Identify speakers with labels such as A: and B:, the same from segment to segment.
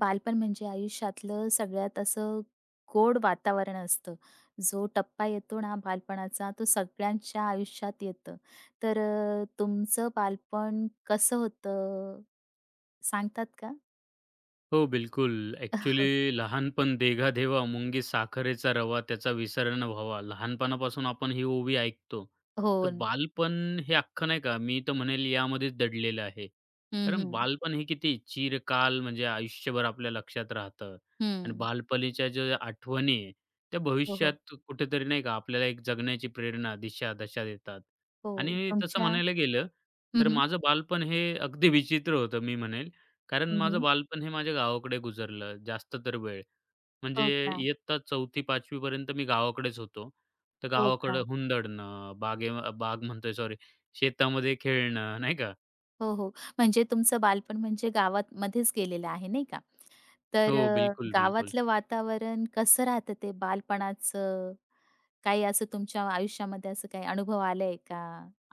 A: बालपण म्हणजे आयुष्यातलं सगळ्यात असं गोड वातावरण असतं. जो टप्पा येतो ना बालपणाचा, तो सगळ्यांच्या आयुष्यात येतं. तर तुमचं बालपण कसं होतं सांगतात का?
B: हो, बिलकुल. ॲक्चुअली लहानपण "देगा घेवा मुंगी साखरेचा रवा, त्याचा विसर न व्हावा." लहानपणापासून आपण ही ओवी ऐकतो.
A: हो.
B: तर बालपण हे अख्खं नाही का, मी तर म्हणेल यामध्येच दडलेलं आहे.
A: हं,
B: कारण
A: हं.
B: बालपण हे किती चिरकाल म्हणजे आयुष्यभर आपल्या लक्षात राहतं आणि
A: हं.
B: बालपणीच्या ज्या आठवणी आहे, त्या
A: हो, हो.
B: भविष्यात कुठेतरी नाही का आपल्याला एक जगण्याची प्रेरणा, दिशा, दशा देतात
A: हो.
B: आणि तसं
A: तुमच्या
B: म्हणायला गेलं, तर
A: हं, हं.
B: माझं बालपण हे अगदी विचित्र होतं मी म्हणेल. कारण माझं बालपण हे माझ्या गावाकडे गुजरलं जास्त तर वेळ. म्हणजे
A: हो का?
B: इयत्ता 4थी-5वी पर्यंत मी गावाकडेच होतो. तर
A: हो का?
B: गावाकडं हुंदडणं, बाग म्हणतोय सॉरी, शेतामध्ये खेळणं नाही का?
A: हो, हो. म्हणजे तुमचं बालपण म्हणजे गावात मध्येच गेलेलं आहे नाही का?
B: हो,
A: तर
B: बिलकुल, बिलकुल.
A: गावातलं वातावरण कसं राहतं ते बालपणाचं? काही असं तुमच्या आयुष्यामध्ये असं काही अनुभव आलाय का?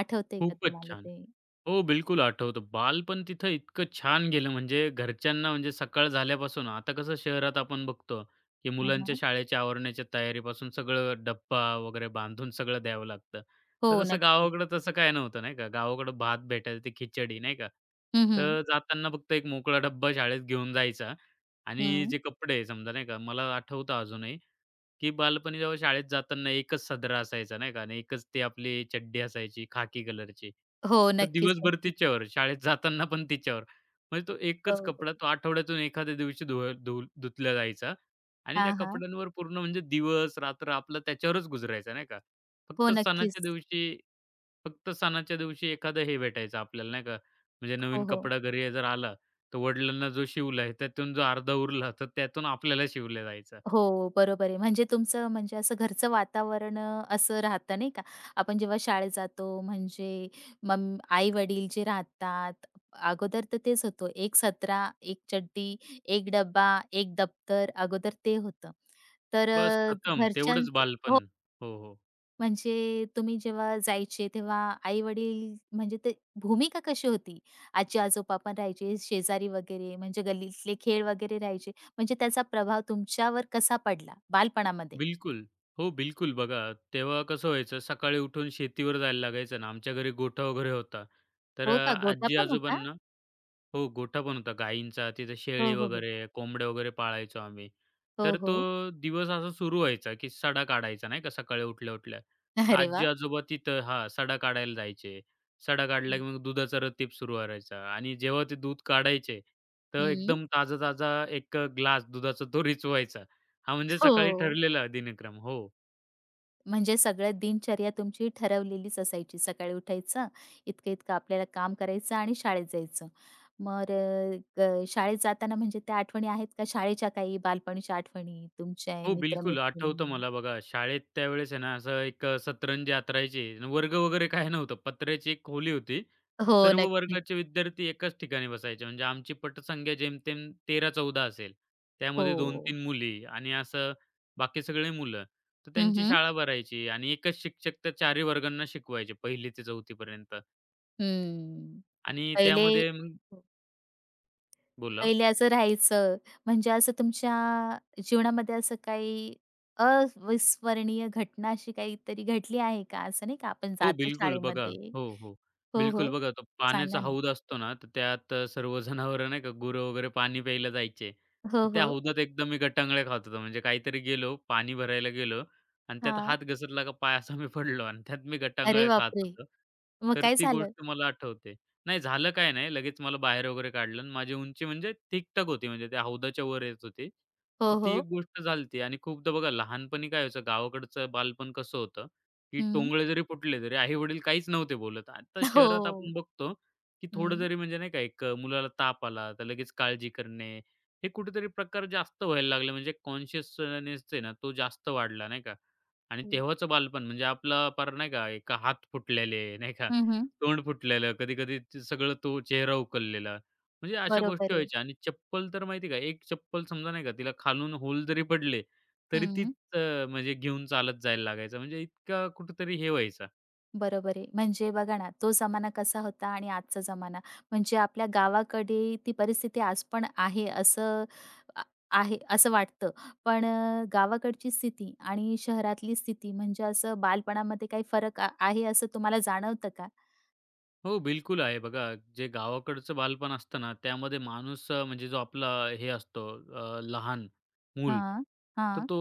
A: आठवतंय का
B: खूपच
A: तुम्हाला
B: छान.
A: ते?
B: हो, बिलकुल आठवतं. बालपण तिथं इतकं छान गेलं म्हणजे घरच्यांना म्हणजे सकाळ झाल्यापासून आता कसं शहरात आपण बघतो, की
A: हां,
B: मुलांच्या
A: हां.
B: शाळेच्या आवरण्याच्या तयारीपासून सगळं डब्बा वगैरे बांधून सगळं द्यावं लागतं.
A: हो,
B: तर तसं
A: नक्की.
B: गावाकडं तसं काय नव्हतं नाही का? गावाकडं भात भेटायचं ते खिचडी नाही का?
A: हं, हं.
B: तर जाताना फक्त एक मोकळा डब्बा शाळेत घेऊन जायचा आणि
A: हं.
B: जे कपडे समजा नाही का, मला आठवतं अजूनही की बालपणी जेव्हा शाळेत जाताना एकच सदरा असायचा नाही का आणि एकच ते आपली चड्डी असायची खाकी कलरची.
A: हो,
B: तर
A: नक्कीच,
B: दिवसभर
A: नक्कीच.
B: तिच्यावर, शाळेत जाताना पण तिच्यावर. म्हणजे तो
A: हो,
B: एकच
A: हो.
B: कपडा तो आठवड्यातून एखाद्या दिवशी धुवा धु धुतला जायचा आणि त्या
A: हां, हां.
B: कपड्यांवर पूर्ण म्हणजे दिवस रात्र आपला त्याच्यावरच गुजरायचा नाही का.
A: हो,
B: फक्त
A: नक्कीच.
B: सणाच्या दिवशी फक्त सणाच्या दिवशी एखादं हे भेटायचं आपल्याला नाही का, म्हणजे
A: हो,
B: नवीन
A: हो.
B: कपडा घरी जर आला, तर वडिलांना जो शिवला आहे त्यातून जो अर्धा उरला, तर त्यातून आपल्याला शिवला जायचा.
A: हो, बरोबर आहे. म्हणजे तुमचं म्हणजे असं घरचं वातावरण असं राहतं नाही का? आपण जेव्हा शाळेत जातो म्हणजे आई-वडील जे राहतात, अगोदर तर तेच होतं. एक सदरा, एक चड्डी, एक डब्बा, एक दप्तर, अगोदर ते होतं. तर
B: बस खतम. तेवढंच
A: घरच्यांचं हो,
B: बालपण. हो, हो.
A: म्हणजे तुम्ही जेव्हा जायचे तेव्हा आई-वडील म्हणजे ते भूमिका कशी होती? आजी-आजोबा पण राहायचे, शेजारी वगैरे म्हणजे गल्लीतले खेळ वगैरे राहायचे. म्हणजे त्याचा प्रभाव तुमच्यावर कसा पडला बालपणामध्ये?
B: बिलकुल. हो, बिलकुल. बघा, तेव्हा कसं व्हायचं, सकाळी उठून शेतीवर जायला लागायचं ना. आमच्या घरी गोठा वगैरे होता. तर
A: हो का? गोटा पण होता?
B: आजी-आजोबांना हो, गोठा पण होता गायींचा. तिथे शेळी
A: हो, हो, हो.
B: वगैरे, कोंबड्या वगैरे पाळायचो आम्ही.
A: हो,
B: तर तो
A: हो.
B: दिवस असा सुरू व्हायचा, की सडा काढायचा नाही का सकाळी उठल्या-उठल्या. तर
A: अरे वाह!
B: आजी-आजोबा तिथं हां, सडा काढायला जायचे. सडा काढला की मग दुधाचा रतीब सुरू करायचा आणि जेव्हा ते दूध काढायचे, तर
A: हं.
B: एकदम ताजा-ताजा एक ग्लास दुधाचा तो रिचवायचा. हा म्हणजे सकाळी
A: हो.
B: ठरलेला दिनक्रम. हो.
A: म्हणजे सगळं दिनचर्या तुमची ठरवलेलीच असायची. सकाळी उठायचं, इतकं-इतकं आपल्याला काम करायचं आणि शाळेत जायचं. मग शाळेत जाताना म्हणजे त्या आठवणी आहेत का शाळेच्या काही बालपणीच्या आठवणी तुमच्या
B: हो,
A: मित्र
B: बिलकुल. आठवतं मला बघा शाळेत त्यावेळेस आहे ना, असं एक सतरंज यात्रायचे आणि वर्ग वगैरे काही नव्हतं. पत्र्याची एक खोली होती.
A: हो,
B: सर्व
A: नक्कीच.
B: वर्गाचे विद्यार्थी एकाच ठिकाणी बसायचे. म्हणजे आमची पटसंख्या जेमतेम 13-14 असेल. त्यामध्ये
A: हो.
B: 2-3 मुली आणि असं बाकी सगळे मुलं. तर
A: हं,
B: त्यांची
A: हं.
B: शाळा भरायची आणि एकच शिक्षक त्या चारही वर्गांना शिकवायचे 1ली ते 4थी पर्यंत
A: हं.
B: आणि
A: पहिले
B: त्यामध्ये मग बोला?
A: पहिले असं राहायचं. म्हणजे असं तुमच्या जीवनामध्ये असं काही अविस्मरणीय घटना अशी काहीतरी घडली आहे का? असं नाही का आपण
B: हो,
A: जातो
B: बिलकुल. बघा
A: शाळेमध्ये
B: हो, हो.
A: हो,
B: बिलकुल
A: हो.
B: बघा तो पाण्याचा
A: सांगा ना?
B: हौद असतो ना, तर त्यात सर्व जनावरं नाही का गुरं वगैरे पाणी प्यायला जायचे.
A: हो,
B: तर त्या
A: हो.
B: हौदात एकदम मी गटांगळ्या खात होतो. म्हणजे काहीतरी गेलो, पाणी भरायला गेलो आणि त्यात
A: हां.
B: हात घसरला का पाय असा मी पडलो आणि त्यात मी
A: अरे
B: गटांगळ्या खात
A: बापरे!
B: होतो.
A: मग
B: तर
A: काय
B: ती
A: झालं?
B: गोष्ट मला आठवते. नाही झालं काय नाही, लगेच मला बाहेर वगैरे काढलं आणि माझी उंची म्हणजे ठीकठाक होती. म्हणजे त्या हौदाच्या वर येत होती.
A: हो,
B: तर ती एक
A: हो.
B: गोष्ट झाली आणि खूपदा बघा लहानपणी काय व्हायचं गावाकडचं बालपण कसं होतं, की
A: हं.
B: टोंगळे जरी फुटले तरी आई-वडील काहीच नव्हते बोलत. आता शहरात
A: हो.
B: आपण बघतो, की थोडं
A: हं.
B: जरी म्हणजे नाही का एक मुलाला ताप आला तर लगेच काळजी करणे, हे कुठेतरी प्रकार जास्त व्हायला लागले. म्हणजे कॉन्शियसनेस आहे ना, तो जास्त वाढला नाही का? आणि
A: हं.
B: तेव्हाचं बालपण म्हणजे आपलं पार नाही का एक हात फुटलेले, नाही का,
A: हं, हं.
B: तोंड फुटलेलं, कधी-कधी ते सगळं तो चेहरा उकललेला. म्हणजे अशा गोष्टी
A: बरोबर आहे.
B: व्हायच्या आणि चप्पल तर माहिती आहे का, एक चप्पल समजा नाही का तिला खालून होल जरी पडले, तरी
A: हं.
B: म्हणजे घेऊन चालत जायला लागायचं. म्हणजे इतका कुठेतरी हे व्हायचा.
A: बरोबर आहे. म्हणजे बघा ना, तो जमाना कसा होता आणि आजचा जमाना. म्हणजे आपल्या गावाकडे ती परिस्थिती आज पण आहे असं आ आहे असं वाटतं. पण गावाकडची स्थिती आणि शहरातली स्थिती म्हणजे असं बालपणामध्ये काही फरक आहे असं तुम्हाला जाणवतं का?
B: हो, बिलकुल आहे. बघा, जे गावाकडचं बालपण असतं ना, त्यामध्ये म्हणजे जो आपला हे असतो लहान मूल,
A: हां,
B: तर
A: हां.
B: तो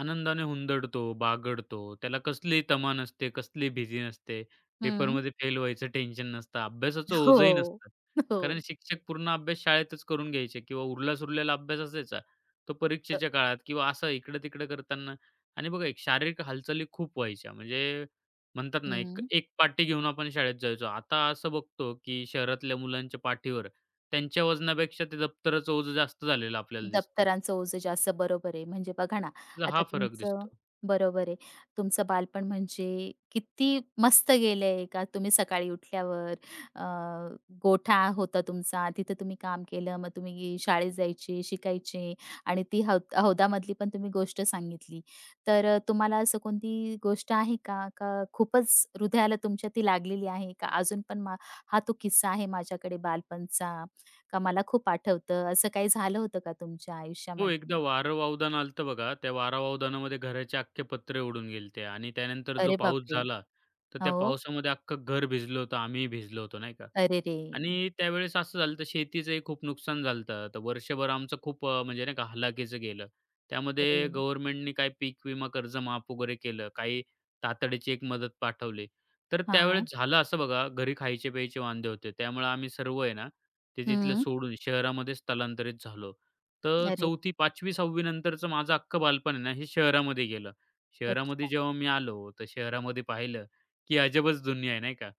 B: आनंदाने हुंदडतो, बागडतो. त्याला कसलीही तमा नसते, कसलीही भीती नसते.
A: हं.
B: पेपरमध्ये फेल व्हायचं टेन्शन नसतं, अभ्यासाचं ओझंही
A: हो.
B: नसतं. कारण
A: हो.
B: शिक्षक पूर्ण अभ्यास शाळेतच करून घ्यायचे किंवा उरला-सुरलेला अभ्यास असायचा, तो परीक्षेच्या काळात किंवा असं इकडं-तिकडं करताना आणि बघा, एक शारीरिक हालचाली खूप व्हायच्या. म्हणजे म्हणतात ना, एक
A: हं.
B: एक पाटी घेऊन आपण शाळेत जायचो. आता असं बघतो, की शहरातल्या मुलांच्या पाठीवर त्यांच्या वजनापेक्षा ते दप्तराचं ओझं जास्त झालेलं आपल्याला दिसतं.
A: दप्तरांचं ओझं जास्त बरोबर आहे. म्हणजे बघा ना,
B: तर हा
A: आता
B: फरक
A: तुमचं
B: दिसतो.
A: बरोबर आहे. तुमचं बालपण म्हणजे किती मस्त गेलंय का तुम्ही सकाळी उठल्यावर अ, गोठा होता तुमचा, तिथे तुम्ही काम केलं. मग तुम्ही शाळेत जायचे, शिकायचे आणि ती हौदामधली पण तुम्ही गोष्ट सांगितली. तर तुम्हाला असं कोणती गोष्ट आहे का? का खूपच हृदयाला तुमच्या ती लागलेली आहे का? अजून पण मा हा तो किस्सा आहे माझ्याकडे बालपणचा. का मला खूप आठवतं, असं काही झालं होतं का तुमच्या
B: हो,
A: आयुष्यामध्ये?
B: एकदा वारं वावदान आलं होतं बघा. त्या वारा वावदानामध्ये घराचे अख्खे पत्रे उडून गेलते आणि त्यानंतर जो
A: अरे
B: पाऊस
A: बापरे!
B: झाला, तर त्या
A: हो.
B: पावसामध्ये अख्खं घर भिजलं होतं. आम्हीही भिजलो होतो, नाही का.
A: अरे रे!
B: आणि त्यावेळेस असं झालं, तर शेतीचंही खूप नुकसान झालं होतं. तर वर्षभर आमचं म्हणजे नाही का हलाखीचं गेलं. त्यामध्ये
A: अरे!
B: गव्हर्नमेंटनी काही पीक विमा कर्ज माफ वगैरे केलं. काही तातडीची एक मदत पाठवली. तर त्यावेळेस
A: हां.
B: झालं असं बघा, घरी खायचे-प्यायचे वांदे होते. त्यामुळे आम्ही सर्व आहे ना, ते तिथलं
A: हं.
B: सोडून शहरामध्ये स्थलांतरित झालो. तर
A: अरे!
B: 4थी, 5वी, 6वी नंतरचं माझं अख्खं बालपण आहे ना, हे शहरामध्ये गेलं. शहरामध्ये
A: अच्छा.
B: जेव्हा मी आलो, तर शहरामध्ये पाहिलं, की अजबच दुनिया आहे, नाही का?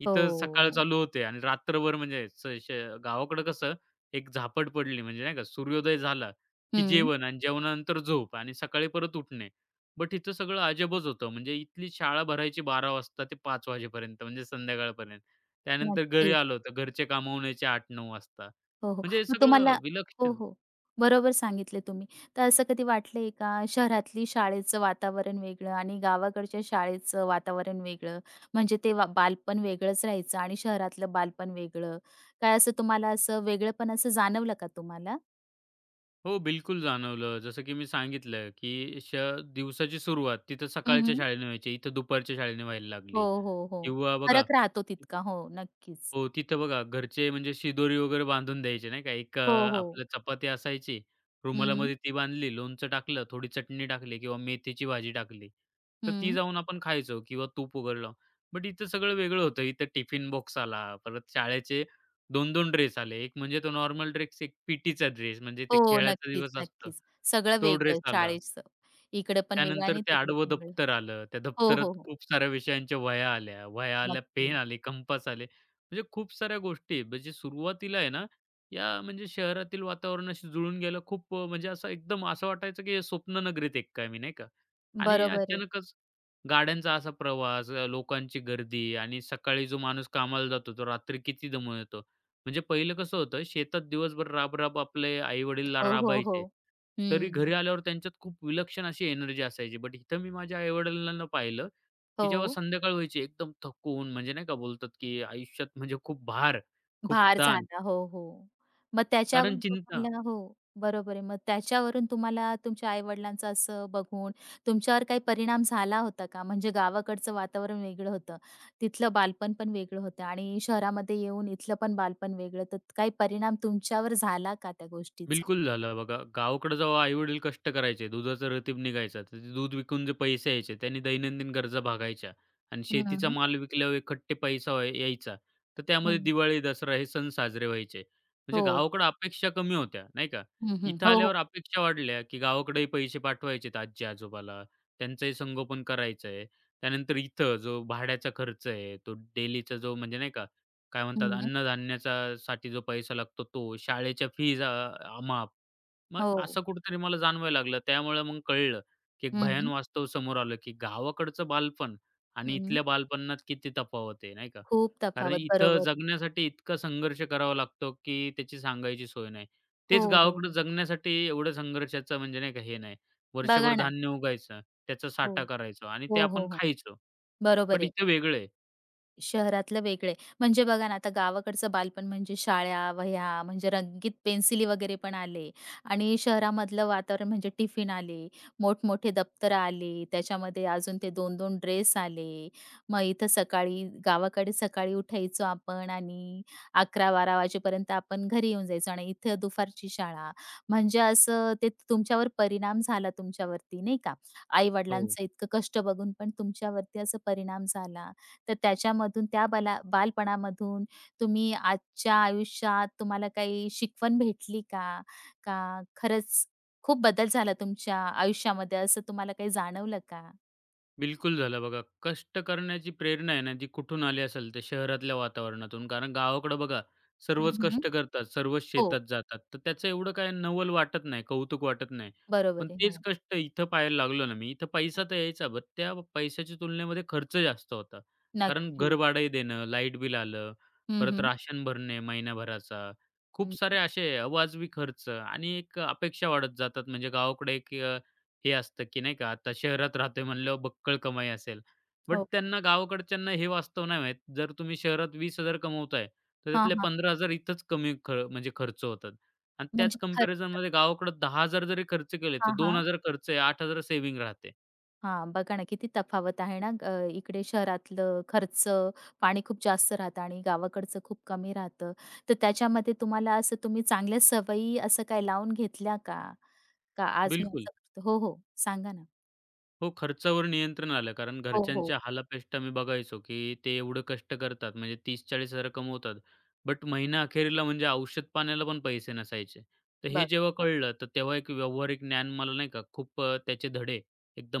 B: इथं सकाळ
A: हो.
B: चालू होते आणि रात्रभर म्हणजे स श गावाकडं कसं एक झापड पडली म्हणजे नाही का, सूर्योदय झाला, की
A: हं.
B: जेवण आणि जेवणानंतर झोप आणि सकाळी परत उठणे. बट इथं सगळं अजबच होतं. म्हणजे इथली शाळा भरायची 12:00 वाजता ते 5:00 वाजेपर्यंत म्हणजे संध्याकाळपर्यंत. त्यानंतर घरी
A: नक्कीच.
B: आलो, तर घरचे कामं होण्याचे 8:00-9:00 वाजता.
A: हो, हो.
B: म्हणजे हे
A: मग
B: सगळं
A: तुम्हाला हो,
B: विलक्षण.
A: हो. बरोबर सांगितले तुम्ही. तर असं कधी वाटलंय का शहरातली शाळेचं वातावरण वेगळं आणि गावाकडच्या शाळेचं वातावरण वेगळं, म्हणजे ते वा बालपण वेगळंच राहायचं आणि शहरातलं बालपण वेगळं. काय असं तुम्हाला असं वेगळेपण असं जाणवलं का तुम्हाला?
B: हो, बिलकुल जाणवलं. जसं की मी सांगितलं, की दिवसाची सुरुवात तिथं
A: हं,
B: सकाळच्या
A: हं.
B: शाळेने व्हायची, इथं दुपारच्या शाळेने व्हायला
A: हो,
B: लागली
A: हो, हो.
B: किंवा बघा
A: फरक राहतो तितका. हो, नक्कीच.
B: हो, तिथं बघा घरचे म्हणजे शिदोरी वगैरे बांधून द्यायचे नाही का. एक
A: हो, हो.
B: आपलं चपाती असायची,
A: हं,
B: रुमालामध्ये ती बांधली, लोणचं टाकलं, थोडी चटणी टाकली किंवा मेथीची भाजी टाकली. तर ती
A: हं.
B: जाऊन आपण खायचो किंवा तूप वगैरे बट इथं सगळं वेगळं होतं. इथं टिफिन बॉक्स आला, परत शाळेचे 2-2 ड्रेस आले. एक म्हणजे तो नॉर्मल ड्रेस, एक पीटीचा ड्रेस म्हणजे ते
A: हो,
B: खेळाचा
A: नक्कीच,
B: दिवस असतो,
A: नक्कीच. सगळं
B: तो ड्रेस
A: वेगळं
B: आला.
A: शाळेचं. इकडं पण वेगळं
B: त्यानंतर
A: आणि
B: ते
A: तिकडे
B: आडवं
A: पण वेगळं.
B: दप्तर आलं. त्या
A: हो,
B: दप्तरात
A: हो, हो.
B: खूप साऱ्या विषयांच्या वह्या आल्या. वह्या आल्या,
A: नक्की.
B: पेन आले, कंपास आले. म्हणजे खूप साऱ्या गोष्टी म्हणजे सुरुवातीला आहे ना, या म्हणजे शहरातील वातावरणाशी जुळून गेलं म्हणजे असं एकदम असं वाटायचं की स्वप्न नगरीत एक काय मी, नाही का? आणि
A: बरोबर आहे.
B: अचानकच गाड्यांचा असा प्रवास, लोकांची गर्दी आणि सकाळी जो माणूस कामाला जातो, तो रात्री किती दमून येतो. म्हणजे पहिलं कसं होतं, शेतात दिवसभर राब-राब आपले आई-वडील
A: हो, हो, हो.
B: राबायचे. तरी घरी
A: हं.
B: आल्यावर त्यांच्यात खूप विलक्षण अशी एनर्जी असायची. बट इथं मी माझ्या आई-वडिलांना पाहिलं, की जेव्हा
A: हो.
B: संध्याकाळ व्हायची एकदम थकून म्हणजे नाही का बोलतात, की आयुष्यात म्हणजे खूप भार, खूप
A: भार
B: ताण
A: झाला. हो, हो. मग त्याच्यावर
B: कारण चिंता
A: तुम्हाला हो, बरोबर आहे. मग त्याच्यावरून तुम्हाला तुमच्या आई-वडिलांचं असं बघून तुमच्यावर काही परिणाम झाला होता का? म्हणजे गावाकडचं वातावरण वेगळं होतं, तिथलं बालपण पण वेगळं होतं आणि शहरामध्ये येऊन इथलं पण बालपण वेगळं, तर काही परिणाम तुमच्यावर झाला का त्या गोष्टीचा?
B: बिलकुल झालं बघा. गावाकडे जेव्हा आई कष्ट करायचे, दुधाचा रतीब निघायचा, तर ते दूध विकून जे पैसे यायचे, त्याने दैनंदिन गरजा भागायच्या आणि
A: हं,
B: शेतीचा
A: हं.
B: माल विकल्यावर इकट्ठे पैसा यायचा. तर त्यामध्ये दिवाळी, दसरा हे सण साजरे व्हायचे. म्हणजे
A: हो.
B: गावाकडे अपेक्षा कमी होत्या, नाही का?
A: हं, हं.
B: इथं
A: हो, हो.
B: आल्यावर अपेक्षा वाढल्या, की गावाकडेही पैसे पाठवायचेत आजी-आजोबाला, त्यांचंही संगोपन करायचंय. त्यानंतर इथं जो भाड्याचा खर्च आहे, तो डेलीचा जो म्हणजे नाही का काय म्हणतात
A: हं.
B: अन्नधान्याचा साठी जो पैसा लागतो तो, शाळेच्या फीज अ, अ, माफ. मग
A: हो.
B: असं कुठेतरी मला जाणवायला लागलं. त्यामुळे मग कळलं, की एक
A: हं,
B: भयान
A: हं.
B: वास्तव समोर आलं, की गावाकडचं बालपण आणि इथल्या बालपणात किती तफावत आहे, नाही का?
A: खूप
B: कारण
A: तफावत.
B: इथं
A: बरोबर.
B: जगण्यासाठी इतका संघर्ष करावा लागतो, की त्याची सांगायची सोय नाही.
A: हो,
B: तेच
A: हो, हो.
B: गावाकडं जगण्यासाठी एवढं संघर्षाचं म्हणजे नाही का हे नाही. वर्षभर
A: बघा ना.
B: धान्य उगायचं, त्याचा
A: हो.
B: साठा करायचो आणि ते
A: हो,
B: आपण
A: हो, हो.
B: खायचो.
A: बरोबर
B: पण
A: आहे.
B: इथे वेगळं
A: शहरातलं वेगळं आहे. म्हणजे बघा ना, आता गावाकडचं बालपण म्हणजे शाळा, वह्या, म्हणजे रंगीत पेन्सिली वगैरे पण आले आणि शहरामधलं वातावरण म्हणजे टिफिन आले, मोठमोठे दप्तरं आले, त्याच्यामध्ये अजून ते दोन-दोन ड्रेस आले. मग इथं सकाळी गावाकडे सकाळी उठायचो आपण आणि 11-12 वाजेपर्यंत आपण घरी येऊन जायचो आणि इथं दुपारची शाळा. म्हणजे असं ते तुमच्यावर परिणाम झाला तुमच्यावरती नाही का?
B: हो.
A: आई-वडिलांचं इतकं कष्ट बघून पण तुमच्यावरती असा परिणाम झाला. तर त्याच्यामधून त्या बालपणामधून तुम्ही आजच्या आयुष्यात तुम्हाला काही शिकवण भेटली का? का खरंच खूप बदल झाला तुमच्या आयुष्यामध्ये असं तुम्हाला काही जाणवलं का?
B: बिलकुल झालं बघा. कष्ट करण्याची प्रेरणा आहे ना, जी कुठून आली असेल, तर शहरातल्या वातावरणातून. कारण गावाकडं बघा,
A: हं,
B: सर्वच
A: हं.
B: कष्ट करतात, सर्वच
A: हो,
B: शेतात जातात. तर त्याचं एवढं काय नवल वाटत नाही, कौतुक वाटत नाही.
A: बरोबर
B: पण
A: आहे.
B: तेच
A: हो,
B: कष्ट इथं पाहायला लागलो ना मी, इथं पैसा तर यायचा, पण त्या पैशाच्या तुलनेमध्ये खर्च जास्त होता. कारण घर
A: नक्कीच.
B: भाडंही देणं, लाईट बिल आलं,
A: हं,
B: परत
A: हं.
B: राशन भरणे महिन्याभराचा, खूप
A: हं.
B: सारे असे अवाजवी खर्च आणि एक अपेक्षा वाढत जातात. म्हणजे गावाकडे एक हे असतं, की नाही का आता शहरात राहतोय म्हणल्यावर बक्कळ कमाई असेल. बट
A: हो.
B: त्यांना गावाकडच्यांना हे वास्तव नाही माहीत. जर तुम्ही शहरात 20,000 कमवताय, तर
A: हां,
B: त्यातले
A: हां.
B: 15,000 इथंच कमी ख म्हणजे खर्च होतात. आणि त्याच
A: म्हणजे खरं
B: कंपॅरिझनमध्ये गावाकडे 10,000 जरी खर्च केले, तर
A: हां, हां.
B: 2,000 खर्च आहे, 8,000 सेव्हिंग राहते.
A: हां, बघा ना किती तफावत आहे ना. इकडे शहरातलं खर्च, पाणी खूप जास्त राहतं आणि गावाकडचं खूप कमी राहतं. तर त्याच्यामध्ये तुम्हाला असं तुम्ही चांगल्या सवयी असं काय लावून घेतल्या का? का आज मी
B: बिलकुल.
A: असं करतो? हो, हो. सांगा ना.
B: हो, खर्चावर नियंत्रण आलं. कारण
A: हो, हो.
B: घरच्यांच्या हालापेष्टा मी बघायचो, की ते एवढं कष्ट करतात, म्हणजे 30-40,000 कमवतात. बट महिना अखेरीला म्हणजे औषध पाण्याला पण पैसे नसायचे. तर हे
A: बघा.
B: जेव्हा कळलं, तर तेव्हा एक व्यावहारिक ज्ञान मला नाही का त्याचे धडे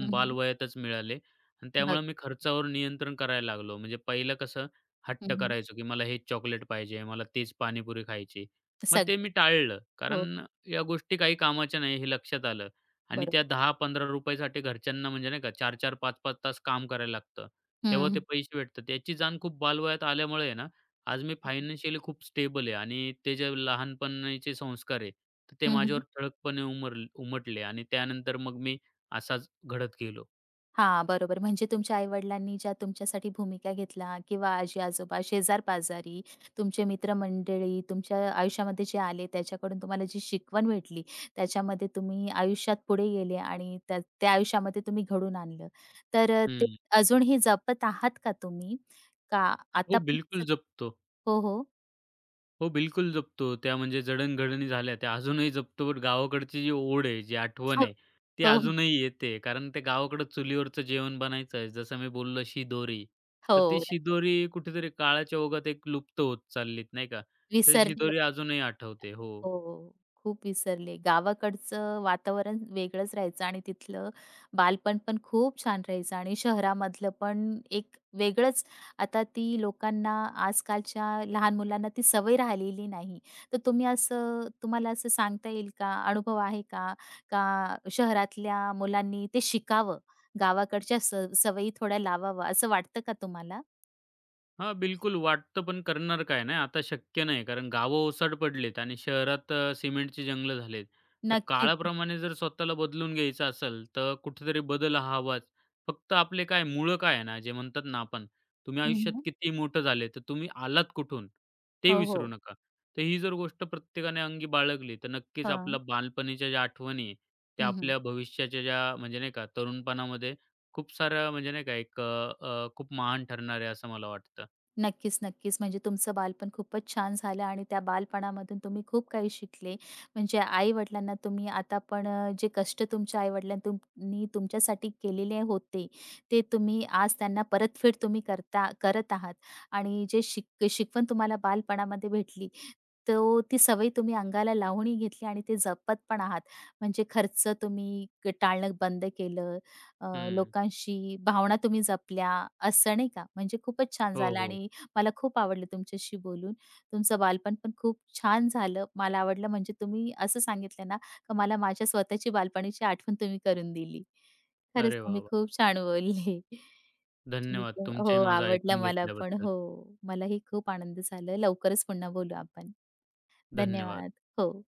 A: हं, हं.
B: बालवयातच मिळाले आणि त्यामुळे मी खर्चावर नियंत्रण करायला लागलो. म्हणजे पहिलं कसं हट्ट करायचो, की मला हेच चॉकलेट पाहिजे, मला तेच पाणीपुरी खायची. मग ते मी टाळलं,
A: हो,
B: कारण या गोष्टी काही कामाच्या नाही हे लक्षात आलं. आणि
A: बरोबर.
B: त्या ₹10-15 साठी घरच्यांना म्हणजे नाही का 4-4, 5-5 तास काम करायला लागतं.
A: हं,
B: तेव्हा ते
A: हं.
B: पैसे भेटतात. याची जाण खूप बालवयात आल्यामुळे आहे ना, आज मी फायनान्शियली खूप स्टेबल आहे आणि ते जे लहानपणाचे संस्कार आहे, तर ते माझ्यावर ठळकपणे उमटले आणि त्यानंतर मग मी असाच घडत गेलो.
A: हां, बरोबर. म्हणजे तुमच्या आई-वडिलांनी ज्या तुमच्यासाठी भूमिका घेतल्या किंवा आजी-आजोबा, शेजार-पाजारी, तुमचे मित्रमंडळी तुमच्या आयुष्यामध्ये जे आले त्याच्याकडून तुम्हाला जी शिकवण भेटली, त्याच्यामध्ये तुम्ही आयुष्यात पुढे गेले आणि त्या त्या आयुष्यामध्ये तुम्ही घडवून आणलं. तर ते
B: हं.
A: अजूनही जपत आहात का तुम्ही? का
B: हो,
A: आता पण
B: बिलकुल जपतो.
A: हो, हो.
B: हो, बिलकुल जपतो. त्या म्हणजे जडणघडणी झाल्या त्या अजूनही जपतो. बट गावाकडची जी ओढ आहे, जी आठवण
A: हो,
B: आहे, ती
A: हो, हो.
B: अजूनही येते. कारण ते गावाकडं चुलीवरचं जेवण बनायचं. आहे, जसं मी बोललो शिदोरी. तर ती
A: हो,
B: शिदोरी कुठेतरी काळाच्या ओघात एक लुप्त होत चाललीत, नाही का? तर ती
A: विसरलेलं.
B: शिदोरी अजूनही आठवते. हो.
A: हो, खूप विसरले. गावाकडचं वातावरण वेगळंच राहायचं आणि तिथलं बालपण पण खूप छान राहायचं आणि शहरामधलं पण एक वेगळंच आता ती लोकांना आजकालच्या लहान मुलांना ती सवय राहिलेली नाही. तर तुम्ही असं तुम्हाला असं सांगता येईल का? अनुभव आहे का? का शहरातल्या मुलांनी ते शिकावं, गावाकडच्या स सवयी थोड्या लावाव्या असं वाटतं का तुम्हाला?
B: हां, बिलकुल वाटतं, पण करणार काय नाही. आता शक्य नाही, कारण गावं ओसाड पडलीत आणि शहरात सिमेंटची जंगलं झालीत. तर
A: नक्कीच.
B: काळाप्रमाणे जर स्वतःला बदलून घ्यायचं असेल, तर कुठेतरी बदल हा हवाच. फक्त आपले काय मुळं काय आहे ना, जे म्हणतात ना आपण, तुम्ही आयुष्यात
A: हं,
B: कितीही मोठं झाले, तर तुम्ही आलात कुठून ते
A: हो,
B: विसरू
A: हो.
B: नका. तर ही जर गोष्ट प्रत्येकाने अंगी बाळगली, तर नक्कीच आपल्या बालपणीच्या ज्या आठवणी आहे, त्या
A: हं, हं.
B: आपल्या भविष्याच्या ज्या म्हणजे नाही का, तरुणपणामध्ये खूप साऱ्या म्हणजे नाही का, एक अ, अ, खूप महान ठरणार आहे, असं मला वाटतं.
A: नक्कीच, नक्कीच. म्हणजे तुमचं बालपण खूपच छान झालं आणि त्या बालपणामधून तुम्ही खूप काही शिकले. म्हणजे आई-वडिलांना तुम्ही आता पण जे कष्ट तुमच्या आई-वडिलांनी तुम नी तुमच्यासाठी केलेले होते, ते तुम्ही आज त्यांना परतफेड तुम्ही करता करत आहात आणि जे शिकवण तुम्हाला बालपणामध्ये भेटली, तो ती सवय तुम्ही अंगाला लावूनही घेतली आणि ते जपत पण आहात. म्हणजे खर्च तुम्ही क टाळणं बंद केलं, अ,
B: हं.
A: लोकांशी भावना तुम्ही जपल्या, असं नाही का? म्हणजे खूपच छान
B: हो,
A: झालं
B: हो.
A: आणि मला खूप आवडलं तुमच्याशी बोलून. तुमचं बालपण पण खूप छान झालं. मला आवडलं म्हणजे तुम्ही असं सांगितलं ना, का मला माझ्या स्वतःची बालपणीची आठवण तुम्ही करून दिली. खरंच
B: अरे वाह,
A: तुम्ही
B: वाह!
A: खूप छान बोलले. ठीक
B: धन्यवाद.
A: आहे. हो,
B: तुमचंही माझं
A: आवडला
B: ऐकून
A: मला पण.
B: घेतल्याबद्दल.
A: हो, मलाही खूप आनंद झाला. लवकरच पुन्हा बोलू आपण.
B: धन्यवाद.
A: धन्यवाद. हो.